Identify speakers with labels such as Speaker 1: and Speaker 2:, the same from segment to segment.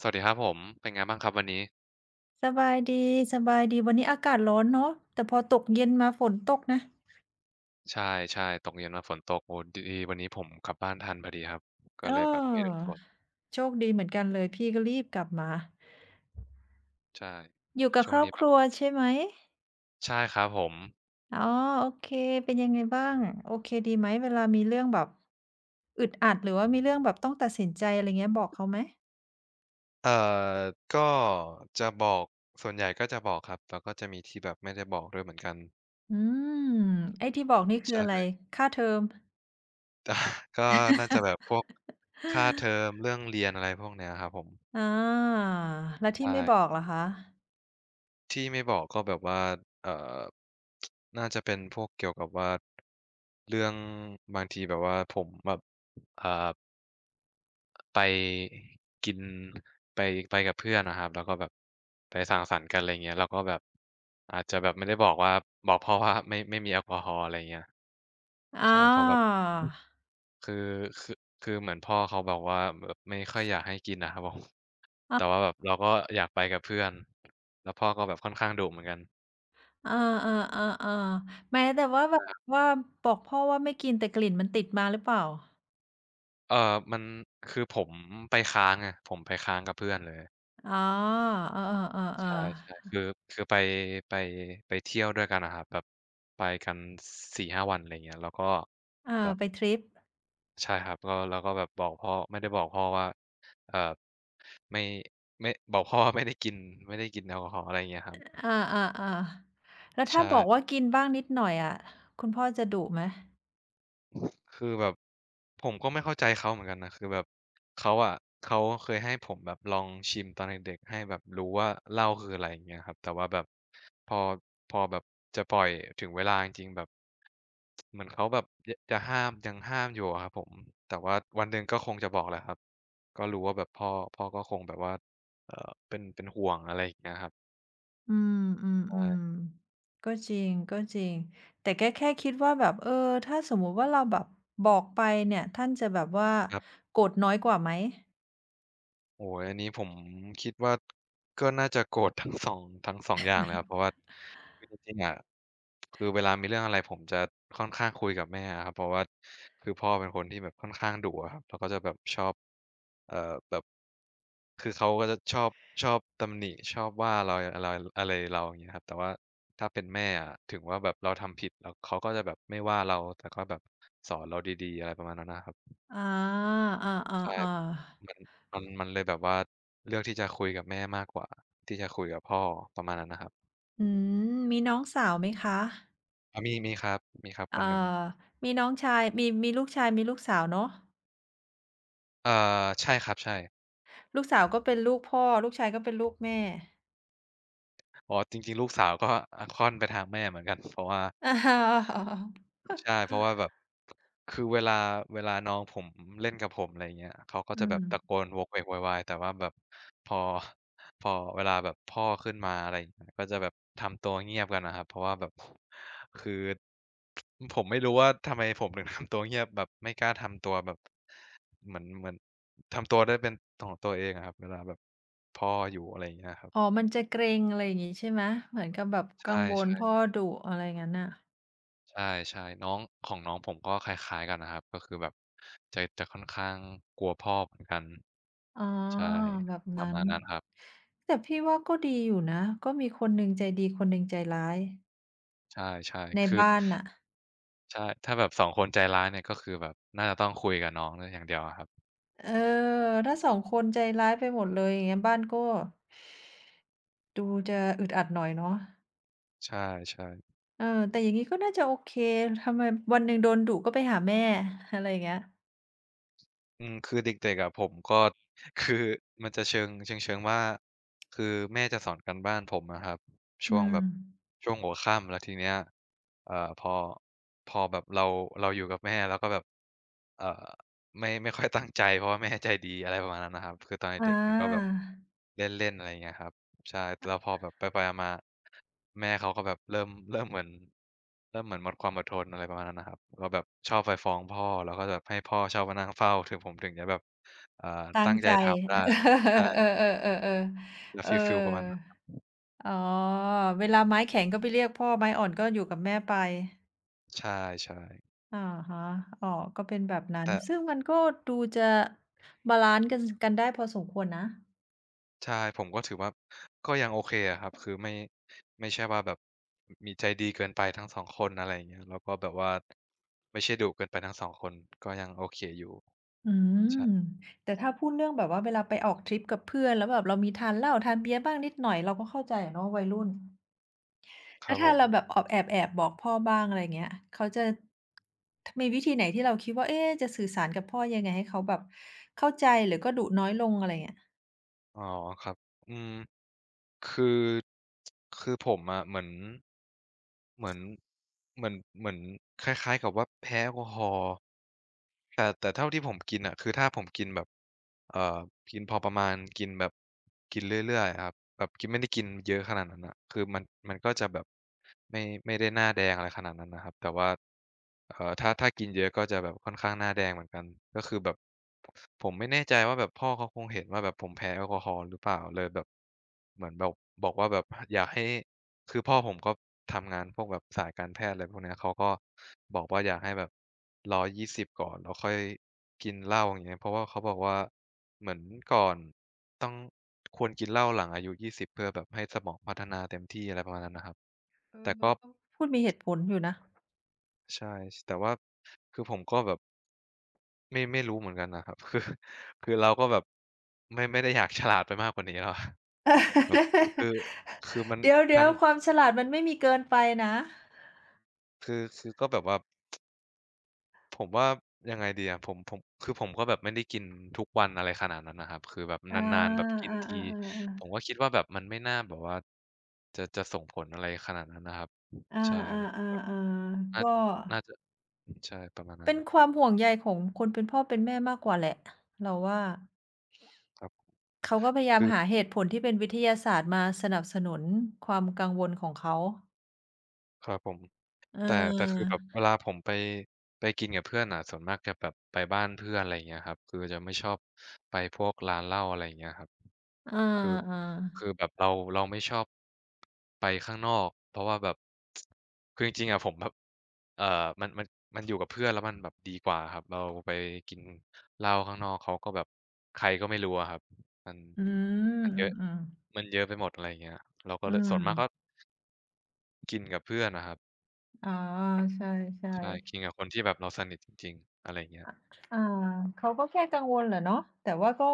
Speaker 1: สวัสดีครับผมเป็นไงบ้างครับวันนี้
Speaker 2: สบายดีสบายดีวันนี้อากาศร้อนเนาะแต่พอตกเย็นมาฝนตกนะ
Speaker 1: ใช่ๆตกเย็นมาฝนตกโอ้ดีวันนี้ผมกลับบ้านทันพอดีครับก็
Speaker 2: เ
Speaker 1: เลยแบบไม่โดน
Speaker 2: ออ
Speaker 1: ฝน
Speaker 2: โชคดีเหมือนกันเลยพี่ก็รีบกลับมา
Speaker 1: ใช่
Speaker 2: อยู่กับ
Speaker 1: ช่
Speaker 2: ค
Speaker 1: วง
Speaker 2: รอบ
Speaker 1: นี้แบ
Speaker 2: ค
Speaker 1: บ
Speaker 2: รัวใช่ไหม
Speaker 1: ใช่ครับผม
Speaker 2: อ๋อโอเคเป็นยังไงบ้างโอเคดีไหมเวลามีเรื่องแบบอึดอัดหรือว่ามีเรื่องแบบต้องตัดสินใจอะไรเงี้ยบอกเขาไหม
Speaker 1: เอ่อก็จะบอกส่วนใหญ่ก็จะบอกครับแล้วก็จะมีที่แบบไม่ได้บอกด้วยเหมือนกัน
Speaker 2: อืมไอ้ที่บอกนี่คือ
Speaker 1: ใช่
Speaker 2: อะไร ค่าเทอม
Speaker 1: แต่ก็น่าจะแบบพวกค่าเทอมเรื่องเรียนอะไรพวกเนี้ยครับผม
Speaker 2: อาแล้ว
Speaker 1: ใช
Speaker 2: ที่ไม่บอก
Speaker 1: ่
Speaker 2: ล่ะคะ
Speaker 1: ที่ไม่บอกก็แบบว่าเอ่อน่าจะเป็นพวกเกี่ยวกับว่าเรื่องบางทีแบบว่าผมแบบอ่าไปกินไปไปกับเพื่อนอะครับแล้วก็แบบไปสังสรรค์กันอะไรเงี้ยแล้วก็แบบอาจจะแบบไม่ได้บอกว่าบอกพ่อว่าไม่มีแอลกอฮอล์อะไรเงี้ย
Speaker 2: อา
Speaker 1: ใช่เพราะแบบคือคือคือเหมือนพ่อเขาบอกว่าแบบไม่ค่อยอยากให้กินอะครับผมแต่
Speaker 2: อา
Speaker 1: ว่าแบบเราก็อยากไปกับเพื่อนแล้วพ่อก็แบบค่อนข้างดุเหมือนกัน
Speaker 2: เออๆๆๆแม้แต่ว่าแบบว่าบอกพ่อว่าไม่กินแต่กลิ่นมันติดมาหรือเปล่า
Speaker 1: เอ่อมันคือผมไปค้างไงผมไปค้างกับเพื่อนเลย
Speaker 2: อ๋อเออ
Speaker 1: ใช่
Speaker 2: ๆๆ
Speaker 1: ๆคือคือไปไปไปเที่ยวด้วยกันอะครับแบบไปกัน4-5วันอะไรเงี้ยแล้วก็
Speaker 2: ๆเอ
Speaker 1: แบ
Speaker 2: อ
Speaker 1: บ
Speaker 2: ไปทริป
Speaker 1: ใช่ครับก็แล้วก็แบบบอกพ่อไม่ได้บอกพ่อว่าเอ่อไม่ไม่บอกพ่อว่า ไม่ได้กินไม่ได้กินแอลกอฮอล์อะไรเงี้ยครับ
Speaker 2: อาๆๆแล้วถ้าบอกว่า
Speaker 1: ใช่
Speaker 2: กินบ้างนิดหน่อยอะคุณพ่อจะดุไหม
Speaker 1: คือแบบผมก็ไม่เข้าใจเขาเหมือนกันนะคือแบบเขาอะเขาเคยให้ผมแบบลองชิมตอนเด็กๆให้แบบรู้ว่าเหล้าคืออะไรอย่างเงี้ยครับแต่ว่าแบบพอพอแบบจะปล่อยถึงเวลาจริงๆแบบเหมือนเขาแบบจะห้ามยังห้ามอยู่อะครับผมแต่ว่าวันหนึ่งก็คงจะบอกแหละครับก็รู้ว่าแบบพ่อก็คงแบบว่าเออเป็นห่วงอะไรอย่างเงี้ยครับ
Speaker 2: อืม
Speaker 1: ใช่
Speaker 2: ๆๆก็จริงก็จริงแต่ก็แค่คิดว่าแบบเออถ้าสมมุติว่าเราแบบบอกไปเนี่ยท่านจะแบบว่า
Speaker 1: ครับ
Speaker 2: โกรธน้อยกว่าไหม
Speaker 1: โอ้ยอันนี้ผมคิดว่าก็น่าจะโกรธทั้งสองทั้งสองอย่างเลยครับเพราะว่า คือจริงๆอะคือเวลามีเรื่องอะไรผมจะค่อนข้างคุยกับแม่อะครับเพราะว่าคือพ่อเป็นคนที่แบบค่อนข้างดุอะครับแล้วก็จะแบบชอบเอ่อแบบคือเขาก็จะชอบตำหนิชอบว่าเราอะไรอะไรเราอย่างเงี้ยครับแต่ว่าถ้าเป็นแม่อะถึงว่าแบบเราทำผิดแล้วเขาก็จะแบบไม่ว่าเราแต่ก็แบบสอนเราดีๆอะไรประมาณนั้นนะครับ
Speaker 2: อาอ
Speaker 1: ใช่
Speaker 2: าๆ
Speaker 1: มั
Speaker 2: ๆ
Speaker 1: นมันเลยแบบว่าเลือกที่จะคุยกับแม่มากกว่าที่จะคุยกับพ่อประมาณนั้นนะครับ
Speaker 2: อืมมีน้องสาวไหมคะ
Speaker 1: อามีครับมีครับคน
Speaker 2: เอ่
Speaker 1: หนึ่ง
Speaker 2: อมีน้องชายมีมีลูกชาย มีลูกสาวเนาะ
Speaker 1: เอ่อใช่ครับใช่
Speaker 2: ลูกสาวก็เป็นลูกพ่อ ลูกชายก็เป็นลูกแม่
Speaker 1: อ๋อจริงๆลูกสาวก็ค่อนไปทางแม่เหมือนกัน เพราะว่า
Speaker 2: อะฮะ
Speaker 1: ใช่เพราะว่าแบบคือเวลาน้องผมเล่นกับผมอะไรอย่างเงี้ยเขาก็
Speaker 2: อื
Speaker 1: จะแบบตะโก
Speaker 2: ม
Speaker 1: นโวกเวกโวยวายแต่ว่าแบบพอพอเวลาแบบพ่อขึ้นมาอะไรอย่างเงี้ยก็จะแบบทำตัวเงียบกันน่ะครับเพราะว่าแบบคือผมไม่รู้ว่าทำไมผมถึงทำตัวเงียบแบบไม่กล้าทำตัวแบบเหมือนทำตัวได้เป็นของตัวเองอะครับเวลาแบบพ่ออยู่อะไรอย่างเงี้ยครั
Speaker 2: อ๋อ
Speaker 1: บ
Speaker 2: มันจะเกรงอะไรอย่างงี้ใช่ไหมเหมือนกับแบบ
Speaker 1: ใช
Speaker 2: กังวล
Speaker 1: ่
Speaker 2: พ่อ
Speaker 1: ๆ
Speaker 2: ดุอะไรงั้นน่ะ
Speaker 1: ใช่ใช่น้องของน้องผมก็คล้ายๆกันนะครับก็คือแบบจะค่อนข้างกลัวพ่อเหมือนกัน
Speaker 2: อ๋อ
Speaker 1: ใช่
Speaker 2: แบบ
Speaker 1: ประ
Speaker 2: นั้น
Speaker 1: มาณนั้นครับ
Speaker 2: แต่พี่ว่าก็ดีอยู่นะก็มีคนหนึ่งใจดีคนหนึ่งใจร้าย
Speaker 1: ใช่
Speaker 2: ใน
Speaker 1: ๆคือ
Speaker 2: บ้านน่ะ
Speaker 1: ใช่ถ้าแบบ2คนใจร้ายเนี่ยก็คือแบบน่าจะต้องคุยกับน้องด้วยอย่างเดียวอะครับ
Speaker 2: เออถ้าสองคนใจร้ายไปหมดเลยอย่างเงี้ยบ้านก็ดูจะอึดอัดหน่อยเนาะ
Speaker 1: ใช่ๆ
Speaker 2: เออแต่อย่างงี้ก็น่าจะโอเคทำไมวันหนึ่งโดนดุก็ไปหาแม่ อะไรอย่างเงี้ย
Speaker 1: อืมคือเด็กๆอะผมก็ คือมันจะเชิงเชิงๆว่าคือแม่จะสอนการบ้านผมอะครับช่ว
Speaker 2: อื
Speaker 1: งแบ
Speaker 2: ม
Speaker 1: บช่วงหัวค่ำแล้วทีเนี้ยเอ่อพอพอแบบเราอยู่กับแม่เราก็แบบเอ่อไม่ค่อย ตั้งใจเพราะว่าแม่ใจดีอะไรประมาณนั้นนะครับคือตอน
Speaker 2: อ
Speaker 1: เด็กๆมันก็แบบ
Speaker 2: า
Speaker 1: เล่นๆอะไรอย่างเงี้ยครับ ใช่แล้วพอแบบไปๆมาๆแม่เขาก็แบบเริ่มเริ่มเหมือนเริ่มเหมือนหมดความอดทนอะไรประมาณนั้นนะครับก็แบบชอบไปฟ้องพ่อแล้วก็แบบให้พ่อเชอบมานั่งเฝ้าถึงผมถึงจะแบบอ่า
Speaker 2: ตั้
Speaker 1: ตั้
Speaker 2: ง
Speaker 1: งใจ
Speaker 2: ใจ
Speaker 1: ทำได้ใช่
Speaker 2: เออๆๆ
Speaker 1: จะ
Speaker 2: ๆเอ
Speaker 1: ฟีลประมาณ
Speaker 2: อ
Speaker 1: นั้น
Speaker 2: อ๋อเวลาไม้แข็งก็ไปเรียกพ่อไม้อ่อนก็อยู่กับแม่ไป
Speaker 1: ใช่ๆ
Speaker 2: อะฮะอ๋อก็เป็นแบบนั้น
Speaker 1: แต่
Speaker 2: ซึ่งมันก็ดูจะบาลันซ์กันได้พอสมควรนะ
Speaker 1: ใช่ผมก็ถือว่าก็ยังโอเคอะครับคือไม่ใช่ว่าแบบอมีใจดีเกินไปทั้งสองคนอะไรอย่างเงี้ยแล้วก็แบบว่าไม่ใช่ดุเกินไปทั้งสองคนก็ยังโอเคอยู่
Speaker 2: อืม
Speaker 1: ใช่
Speaker 2: แต่ถ้าพูดเรื่องแบบว่าเวลาไปออกทริปกับเพื่อนแล้วแบบเรามีทานเหล้าทานเบียร์บ้างนิดหน่อยเราก็เข้าใจอะเนาะวัยรุ่น
Speaker 1: ค
Speaker 2: แล้
Speaker 1: รั
Speaker 2: ว
Speaker 1: บผ
Speaker 2: ถ้า
Speaker 1: ม
Speaker 2: เราแบบออบแอบๆบอกพ่อบ้างอะไรอย่างเงี้ยเขาจะทมีวิธีไหนที่เราคิดว่าเอ๊ะจะสื่อสารกับพ่อยังไงให้เขาแบบเข้าใจหรือก็ดุน้อยลงอะไรเงี้ย
Speaker 1: อ๋อครับอืม คือคือผมอะเหมือนเหมือนเหมือนคล้ายๆกับว่าแพ้แอลกอฮอล์แต่เท่าที่ผมกินอะคือถ้าผมกินแบบเอ่อกินพอประมาณกินแบบกินเรื่อยๆอะครับแบบกินไม่ได้กินเยอะขนาดนั้นน่ะคือมันก็จะแบบไม่ไม่ได้หน้าแดงอะไรขนาดนั้นนะครับแต่ว่า ถ้ากินเยอะก็จะแบบค่อนข้างหน้าแดงเหมือนกันก็คือแบบผมไม่แน่ใจว่าแบบพ่อเขาคงเห็นว่าแบบผมแพ้แอลกอฮอล์หรือเปล่าเลยแบบเหมือนแบบบอกว่าแบบอยากให้คือพ่อผมก็ทำงานพวกแบบสายการแพทย์อะไรพวกเนี้ยเขาก็บอกว่าอยากให้แบบรอยยี่สิบก่อนแล้วค่อยกินเหล้าอย่างเงี้ยเพราะว่าเขาบอกว่าเหมือนก่อนต้องควรกินเหล้าหลังอายุยี่สิบเพื่อแบบให้สมองพัฒนาเต็มที่อะไรประมาณนั้นนะครับ
Speaker 2: เออ
Speaker 1: แต่ก็
Speaker 2: เขาพูดมีเหตุผลอยู่นะ
Speaker 1: ใช่ชแต่ว่าคือผมก็แบบไม่รู้เหมือนกันนะครับ คือคือเราก็แบบไม่ได้อยากฉลาดไปมากกว่านี้แล้วอะ แบบคือมัน
Speaker 2: เออเดี๋
Speaker 1: ทั้
Speaker 2: ย
Speaker 1: ง
Speaker 2: วๆความฉลาดมันไม่มีเกินไปนะ
Speaker 1: คือก็แบบว่าผมว่ายังไงดีอะผมคือผมก็แบบไม่ได้กินทุกวันอะไรขนาดนั้นนะครับคือแบบน
Speaker 2: อา
Speaker 1: านๆแบบกิน
Speaker 2: อา
Speaker 1: ที
Speaker 2: ๆ
Speaker 1: ผ
Speaker 2: ๆ
Speaker 1: มก็
Speaker 2: ๆ
Speaker 1: คิดว่าแบบมันไม่น่าแบบว่าจะส่งผลอะไรขนาดนั้นนะครับ
Speaker 2: อ
Speaker 1: ใช่
Speaker 2: าๆๆ
Speaker 1: น่า
Speaker 2: ๆก็
Speaker 1: น่าจะใช่ประมาณนั้
Speaker 2: เป็
Speaker 1: น
Speaker 2: นความห่วงใยของคนเป็นพ่อเป็นแม่มากกว่าแหละเราว่า
Speaker 1: ครับ
Speaker 2: เขาก็พยายาม
Speaker 1: คือ
Speaker 2: หาเหตุผลที่เป็นวิทยาศาสตร์มาสนับสนุนความกังวลของเขา
Speaker 1: ครับผม
Speaker 2: เ
Speaker 1: แต่คือ
Speaker 2: ออ
Speaker 1: แบบเวลาผมไปกินกับเพื่อนอะส่วนมากจะแบบไปบ้านเพื่อนอะไรอย่างเงี้ยครับคือจะไม่ชอบไปพวกร้านเหล้าอะไรอย่างเงี้ยครับ
Speaker 2: เออ
Speaker 1: คือคือแบ
Speaker 2: ๆ
Speaker 1: บเราไม่ชอบไปข้างนอกเพราะว่าแบบคือจริงๆอะผมแบบเอ่อมันมันมันอยู่กับเพื่อนแล้วมันแบบดีกว่าครับเราไปกินเหล้าข้างนอกเขาก็แบบใครก็ไม่รู้อะครับมัน
Speaker 2: อืม
Speaker 1: มัน
Speaker 2: อ
Speaker 1: เยอะ
Speaker 2: ืมๆ
Speaker 1: มันเยอะไปหมดอะไรอย่างเงี้ยเราก็
Speaker 2: อื
Speaker 1: เลยส่วนมากก็
Speaker 2: ม
Speaker 1: กินกับเพื่อนอะครับ
Speaker 2: อ๋อใช่
Speaker 1: ใช่กิง
Speaker 2: ๆ
Speaker 1: กับคนที่แบบเราสนิทจริงๆอะไรอย่างเงี้ย
Speaker 2: ออาเขาก็แค่กังวลแหละเนาะแต่ว่าก็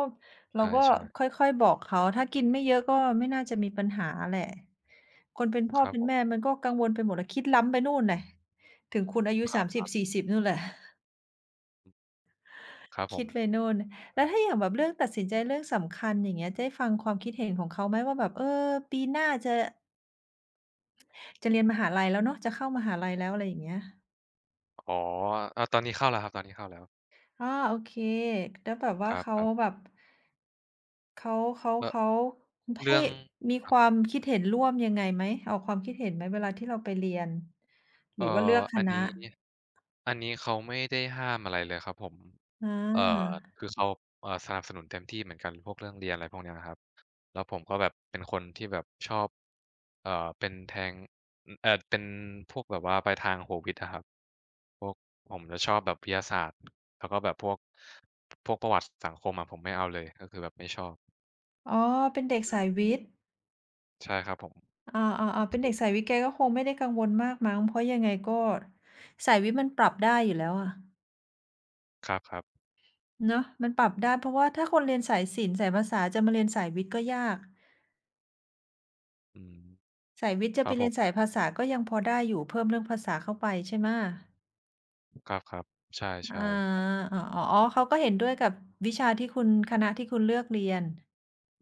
Speaker 2: เราก็
Speaker 1: ใช่
Speaker 2: ค
Speaker 1: ๆ
Speaker 2: ่อยๆบอกเขาถ้ากินไม่เยอะก็ไม่น่าจะมีปัญหาแหละ คนเป็นพ่
Speaker 1: ค
Speaker 2: อ
Speaker 1: รับ
Speaker 2: เป็
Speaker 1: ผ
Speaker 2: น
Speaker 1: ม
Speaker 2: แม่มันก็กังวลไปหมดอะคิดล้ำไปนู่นแหละถึงคุณอายุ
Speaker 1: ครับ
Speaker 2: 30-40นู่นแหละ
Speaker 1: ครับผ
Speaker 2: คิ
Speaker 1: ม
Speaker 2: ดไปนู่นแล้วถ้าอย่างแบบเรื่องตัดสินใจเรื่องสำคัญอย่างเงี้ยได้ฟังความคิดเห็นของเขาไหมว่าแบบเออปีหน้าจะจะเรียนมหาลัยแล้วเนาะจะเข้ามหาลัยแล้วอะไรอย่างเงี้ย
Speaker 1: อ๋ออาตอนนี้เข้าแล้วครับตอนนี้เข้าแล้ว
Speaker 2: อาโอเคแล้วแบบ
Speaker 1: ค
Speaker 2: ว่าเขา
Speaker 1: รับ
Speaker 2: แบบเขาเขา
Speaker 1: ๆแล้ว
Speaker 2: เขา
Speaker 1: เรื่
Speaker 2: ให้
Speaker 1: อง
Speaker 2: มี
Speaker 1: ค
Speaker 2: ค
Speaker 1: รั
Speaker 2: วาม
Speaker 1: บ
Speaker 2: คิดเห็นร่วมยังไงไหมออกความคิดเห็นไหมเวลาที่เราไปเรียนห
Speaker 1: เอ่อ
Speaker 2: รือว่าเลือกค
Speaker 1: อันนี้
Speaker 2: ณะ
Speaker 1: อันนี้เขาไม่ได้ห้ามอะไรเลยครับผม
Speaker 2: อ
Speaker 1: เอ่อ
Speaker 2: า
Speaker 1: คือเขาสนับสนุนเต็มที่เหมือนกันพวกเรื่องเรียนอะไรพวกเนี้ยครับแล้วผมก็แบบเป็นคนที่แบบชอบเอ่อเป็นแทงอเป็นพวกแบบว่าไปทางโหวิทอะครับ พวกผมจะชอบแบบวิทยาศาสตร์แล้วก็แบบพวกประวัติสังคมอะผมไม่เอาเลยก็คือแบบไม่ชอบ
Speaker 2: อ๋อเป็นเด็กสายวิทย์
Speaker 1: ใช่ใช่ครับผม
Speaker 2: อาๆๆเป็น
Speaker 1: คือ
Speaker 2: เด็กสายวิทย์แกก็คงไม่ได้กังวลมากมั้ง เพราะยังไงก็สายวิทย์มันปรับได้อยู่แล้วอะ
Speaker 1: ครับ
Speaker 2: เนาะมันปรับได้เพราะว่าถ้าคนเรียนสายศิลป์สายภาษาจะมาเรียนสายวิทย์ก็ยาก
Speaker 1: ๆอืม
Speaker 2: สายวิทย์จะ
Speaker 1: ค
Speaker 2: ไป
Speaker 1: รับผ
Speaker 2: เรียนสาย
Speaker 1: ม
Speaker 2: ภาษาก็ยังพอได้อยู่ เพิ่มเรื่องภาษาเข้าไปใช่ไหมะ
Speaker 1: ครับๆใช่
Speaker 2: อา
Speaker 1: ๆ
Speaker 2: อ๋อๆออ๋อเขาก็เห็นด้วยกับวิชาที่คุณคณะที่คุณเลือกเรียน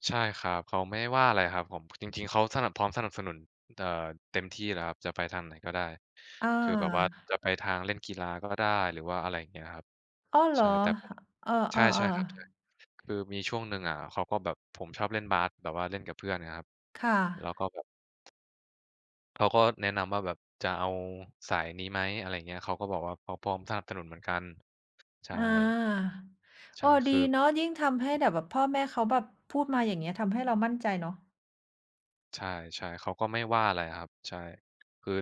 Speaker 1: ใช่ครับเขาไม่ได้ว่าอะไรครับผมจริงๆเขาสนับพร้อมสนับสนุนเอ่อเต็มที่แล้วครับจะไปทางไหนก็ได้
Speaker 2: อ
Speaker 1: คือแบบว่า
Speaker 2: า
Speaker 1: จะไปทางเล่นกีฬาก็ได้หรือว่าอะไรอย่างเงี้ยครับ
Speaker 2: ออเหร
Speaker 1: ใช่
Speaker 2: อ
Speaker 1: แต่ผม
Speaker 2: เออๆอ
Speaker 1: ใช่
Speaker 2: อเอ
Speaker 1: ใช่
Speaker 2: อ
Speaker 1: ครับใช่คือมีช่วงหนึ่งอะเขาก็แบบผมชอบเล่นบาสแบบว่าเล่นกับเพื่อนนะครับ
Speaker 2: ค่ะ
Speaker 1: แล้วก็แบบ เขาก็แนะนำว่าแบบจะเอาสายนี้ไหมอะไรเงี้ยเขาก็บอกว่าเขาพร้อมสนับสนุนเหมือนกันใช่
Speaker 2: อาเอ
Speaker 1: ใช่
Speaker 2: อ
Speaker 1: คื
Speaker 2: ดี
Speaker 1: อ
Speaker 2: เนาะยิ่งทำให้แบบแบบพ่อแม่เขาแบบพูดมาอย่างเงี้ยทำให้เรามั่นใจเนาะ
Speaker 1: ใช่ๆเขาก็ไม่ว่าอะไรอะครับใช่คือ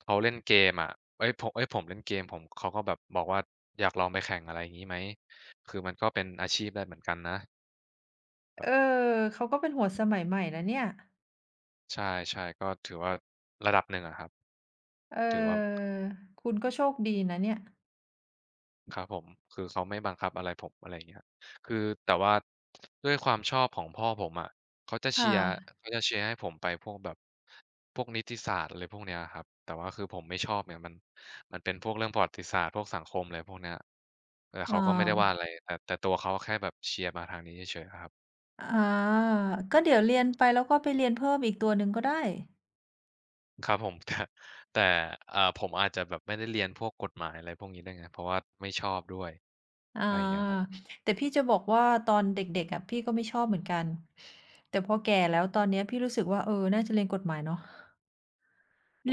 Speaker 1: เขาเล่นเกมอะเฮ้ยผมเล่นเกมผมเขาก็แบบบอกว่าอยากลองไปแข่งอะไรงี้ไหมคือมันก็เป็นอาชีพได้เหมือนกันนะแบ
Speaker 2: เอ
Speaker 1: บ
Speaker 2: อ เขาก็เป็นหัวสมัยใหม่นะเนี่ย
Speaker 1: ใช่ๆก็ถือว่าระดับหนึ่งอะครับ
Speaker 2: เอ
Speaker 1: ถือว่า
Speaker 2: อคุณก็โชคดีนะเนี่ย
Speaker 1: ครับผมคือเขาไม่บังคับอะไรผมอะไรอย่างเงี้ยคือแต่ว่าด้วยความชอบของพ่อผมอะเขาจะเชียร์
Speaker 2: ค่ะ
Speaker 1: เขาจะเชียร์ให้ผมไปพวกแบบพวกนิติศาสตร์อะไรพวกเนี้ยครับแต่ว่าคือผมไม่ชอบไงมันเป็นพวกเรื่องประวัติศาสตร์พวกสังคมอะไรพวกเนี้ยแต่
Speaker 2: อ
Speaker 1: เขาก็ไม่ได้ว่า
Speaker 2: า
Speaker 1: อะไรแต่ตัวเขาแค่แบบเชียร์มาทางนี้เฉยๆอะครับ
Speaker 2: อาก็เดี๋ยวเรียนไปแล้วก็ไปเรียนเพิ่มอีกตัวหนึ่งก็ได้
Speaker 1: ครับผมแต่ แต่ผมอาจจะแบบไม่ได้เรียนพวกกฎหมายอะไรพวกนี้ด้วยไงเพราะว่าไม่ชอบด้วย
Speaker 2: อ
Speaker 1: อะไรอย่างเงี้ยครับ
Speaker 2: าแต่พี่จะบอกว่าตอนเด็กๆอะพี่ก็ไม่ชอบเหมือนกันแต่พอแก่แล้วตอนเนี้ยพี่รู้สึกว่าเออน่าจะเรียนกฎหมายเนาะ เ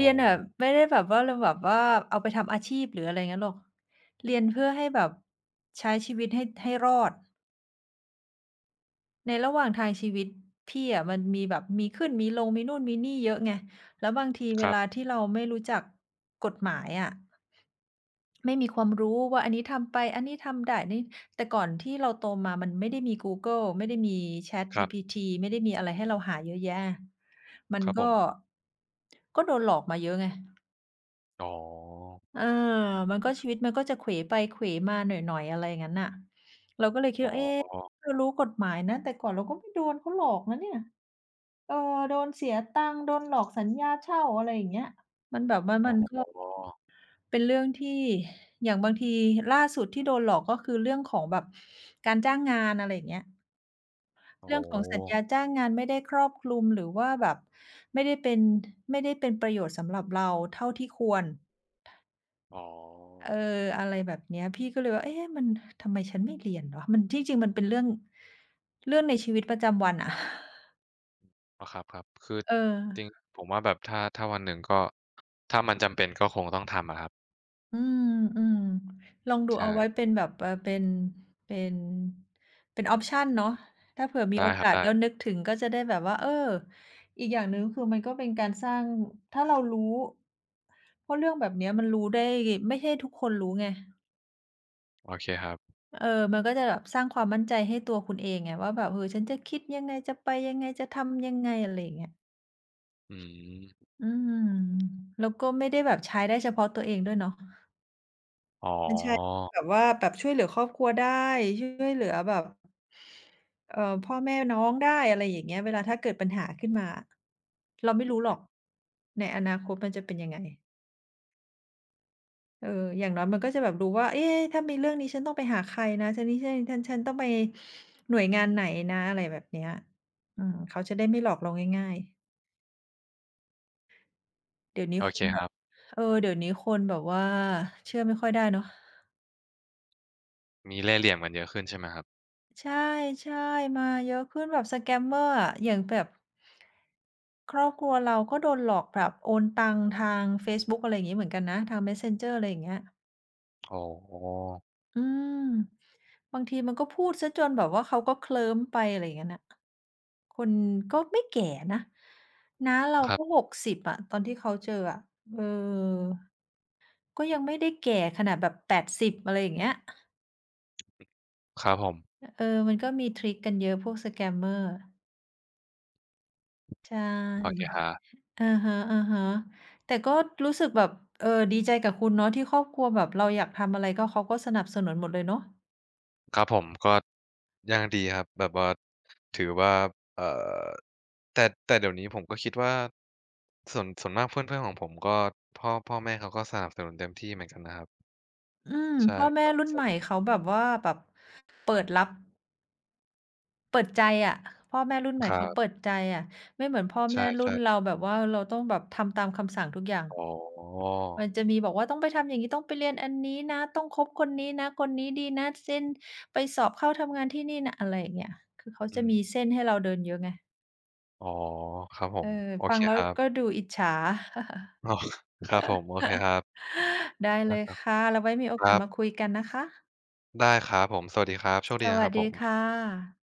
Speaker 1: โอ้
Speaker 2: รียนอะไม่ได้แบบว่าเราแบบว่าเอาไปทำอาชีพหรืออะไรงั้นหรอกเรียนเพื่อให้แบบใช้ชีวิตให้รอดในระหว่างทางชีวิตพี่อะมันมีแบบมีขึ้นมีลงมีนู่นมีนี่เยอะไงแล้วบางที
Speaker 1: ค
Speaker 2: เว
Speaker 1: รั
Speaker 2: ลา
Speaker 1: บ
Speaker 2: ที่เราไม่รู้จักกฎหมายอะไม่มีความรู้ว่าอันนี้ทำไปอันนี้ทำได้นี่แต่ก่อนที่เราโตมามันไม่ได้มีกูเกิลไม่ได้มี
Speaker 1: ครับ
Speaker 2: ChatGPT ไม่ได้มีอะไรให้เราหาเยอะแยะมั
Speaker 1: ค
Speaker 2: น
Speaker 1: รับผ
Speaker 2: ก็
Speaker 1: ม
Speaker 2: ก็โดนหลอกมาเยอะไง
Speaker 1: อ๋อ
Speaker 2: เออมันก็ชีวิตมันก็จะเขวไปเขวมาหน่อยๆอะไรอย่างงั้นน่ะเราก็เลยคิด
Speaker 1: อ๋
Speaker 2: ว่าเอ๊
Speaker 1: อ
Speaker 2: เรารู้กฎหมายนะแต่ก่อนเราก็ไม่โดนเขาหลอกนะเนี่ยเออโดนเสียตังค์โดนหลอกสัญญาเช่าอะไรอย่างเงี้ยมันแบบว่า
Speaker 1: อ๋
Speaker 2: มัน
Speaker 1: อ
Speaker 2: ก็เป็นเรื่องที่อย่างบางทีล่าสุดที่โดนหลอกก็คือเรื่องของแบบการจ้างงานอะไรอย่างเงี้ย
Speaker 1: โอ้โฮ
Speaker 2: เรื่องของสัญญาจ้างงานไม่ได้ครอบคลุมหรือว่าแบบไม่ได้เป็นไม่ได้เป็นประโยชน์สำหรับเราเท่าที่ควร
Speaker 1: อ๋อ
Speaker 2: เอออะไรแบบเนี้ยพี่ก็เลยว่าเอ๊ะมันทำไมฉันไม่เรียนวะมันที่จริงมันเป็นเรื่องในชีวิตประจำวันอะ
Speaker 1: อาครับๆคือ
Speaker 2: เออ
Speaker 1: จริงผมว่าแบบถ้าวันหนึ่งก็ถ้ามันจำเป็นก็คงต้องทำอะครับ
Speaker 2: อืมๆลองดู
Speaker 1: ใช่
Speaker 2: เอาไว้เป็นแบบเป็นเป็นเป็นออปชันเนาะถ้าเผื่อมี
Speaker 1: ได้
Speaker 2: โอ
Speaker 1: ครับ
Speaker 2: กาสแล้วนึ
Speaker 1: ได้
Speaker 2: กถึงก็จะได้แบบว่าเอออีกอย่างหนึ่งคือมันก็เป็นการสร้างถ้าเรารู้เพราะเรื่องแบบเนี้ยมันรู้ได้ไม่ใช่ทุกคนรู้ไง
Speaker 1: โอเคครับ
Speaker 2: เออมันก็จะแบบสร้างความมั่นใจให้ตัวคุณเองไงว่าแบบเออฉันจะคิดยังไงจะไปยังไงจะทำยังไงอะไรอย่างเงี้ย
Speaker 1: อืม
Speaker 2: อืมแล้วก็ไม่ได้แบบใช้ได้เฉพาะตัวเองด้วยเนาะ
Speaker 1: อ๋อ
Speaker 2: มันใช้แบบว่าแบบช่วยเหลือครอบครัวได้ช่วยเหลือแบบพ่อแม่น้องได้อะไรอย่างเงี้ยเวลาถ้าเกิดปัญหาขึ้นมาเราไม่รู้หรอกในอนาคตมันจะเป็นยังไง เอออย่างน้อยมันก็จะแบบรู้ว่าเอ๊ะถ้ามีเรื่องนี้ฉันต้องไปหาใครนะ ฉันนี่ฉันต้องไปหน่วยงานไหนนะอะไรแบบเนี้ยอืมเขาจะได้ไม่หลอกเราง่ายๆ เดี๋ยวนี้
Speaker 1: โอ
Speaker 2: ค
Speaker 1: เค
Speaker 2: นแบ
Speaker 1: ค
Speaker 2: บ
Speaker 1: รับ
Speaker 2: เออเดี๋ยวนี้คนแบบว่าเชื่อไม่ค่อยได้เนาะ
Speaker 1: มีเล่ห์เหลี่ยมกันเยอะขึ้นใช่ไหมครับ
Speaker 2: ใช่ๆมาเยอะขึ้นแบบสแกม mer อะอย่างแบบครอบครัวเราก็โดนหลอกแบบโอนตังทางเฟซบุ๊กอะไรอย่างงี้เหมือนกันนะ ทาง Messenger อะไรอย่างเงี้ย
Speaker 1: อ๋อ
Speaker 2: อืมบางทีมันก็พูดเสียจนแบบว่าเขาก็เคลิ้มไปอะไรอย่างงั้นน่ะคนก็ไม่แก่นะน้าเรา
Speaker 1: ครั
Speaker 2: ก็
Speaker 1: บ
Speaker 2: 60อะตอนที่เขาเจออะเออก็ยังไม่ได้แก่ขนาดแบบ80อะไรอย่างเงี้ย
Speaker 1: ครับผม
Speaker 2: เออมันก็มีทริกกันเยอะพวกสแกมเมอร์ใช่
Speaker 1: โอเคครับ
Speaker 2: อะฮะๆแต่ก็รู้สึกแบบเออดีใจกับคุณเนาะที่ครอบครัวแบบเราอยากทำอะไรก็เขาก็สนับสนุนหมดเลยเนาะ
Speaker 1: ครับผมก็ยังดีครับแบบว่าถือว่าเอ่อแต่เดี๋ยวนี้ผมก็คิดว่าส่วนมากเพื่อนๆของผมก็พ่อแม่เขาก็สนับสนุนเต็มที่เหมือนกันนะครับ
Speaker 2: อืม
Speaker 1: ใช่
Speaker 2: พ่อแม่
Speaker 1: ก็
Speaker 2: รุ่น
Speaker 1: ส
Speaker 2: ใหม่เขาแบบว่าแบบเปิดรับ เปิดใจอะพ่อแม่รุ่นใหม่
Speaker 1: ครั
Speaker 2: เขาเปิ
Speaker 1: บ
Speaker 2: ดใจอะไม่เหมือนพ่อ
Speaker 1: ใช่
Speaker 2: แม่รุ่นเราแบบว่าเราต้องแบบทำตามคำสั่งทุกอย่าง
Speaker 1: ๆอ๋อ
Speaker 2: มันจะมีบอกว่าต้องไปทำอย่างงี้ต้องไปเรียนอันนี้นะต้องคบคนนี้นะคนนี้ดีนะเส้นไปสอบเข้าทำงานที่นี่นะอะไรอย่างเงี้ยคือเขา
Speaker 1: อื
Speaker 2: จะ
Speaker 1: ม
Speaker 2: มีเส้นให้เราเดินเยอะไง
Speaker 1: อ๋อครับผ
Speaker 2: เออ
Speaker 1: มโอ
Speaker 2: ฟั
Speaker 1: เค
Speaker 2: งแล้
Speaker 1: ค
Speaker 2: ว
Speaker 1: รับ
Speaker 2: ก็ดูอิจฉา
Speaker 1: อ๋อครับผมโอเคครับ
Speaker 2: ได้เล
Speaker 1: ได้
Speaker 2: ย
Speaker 1: ครับ
Speaker 2: ค่ะแล้วไว้มีโอ
Speaker 1: ค
Speaker 2: กา
Speaker 1: รั
Speaker 2: สมา
Speaker 1: บ
Speaker 2: คุยกันนะคะ
Speaker 1: ได้ครับผมสวัสดีครับโชค
Speaker 2: ส
Speaker 1: ดีนะค
Speaker 2: วัส
Speaker 1: รับผ
Speaker 2: ดี
Speaker 1: ม
Speaker 2: ค่ะ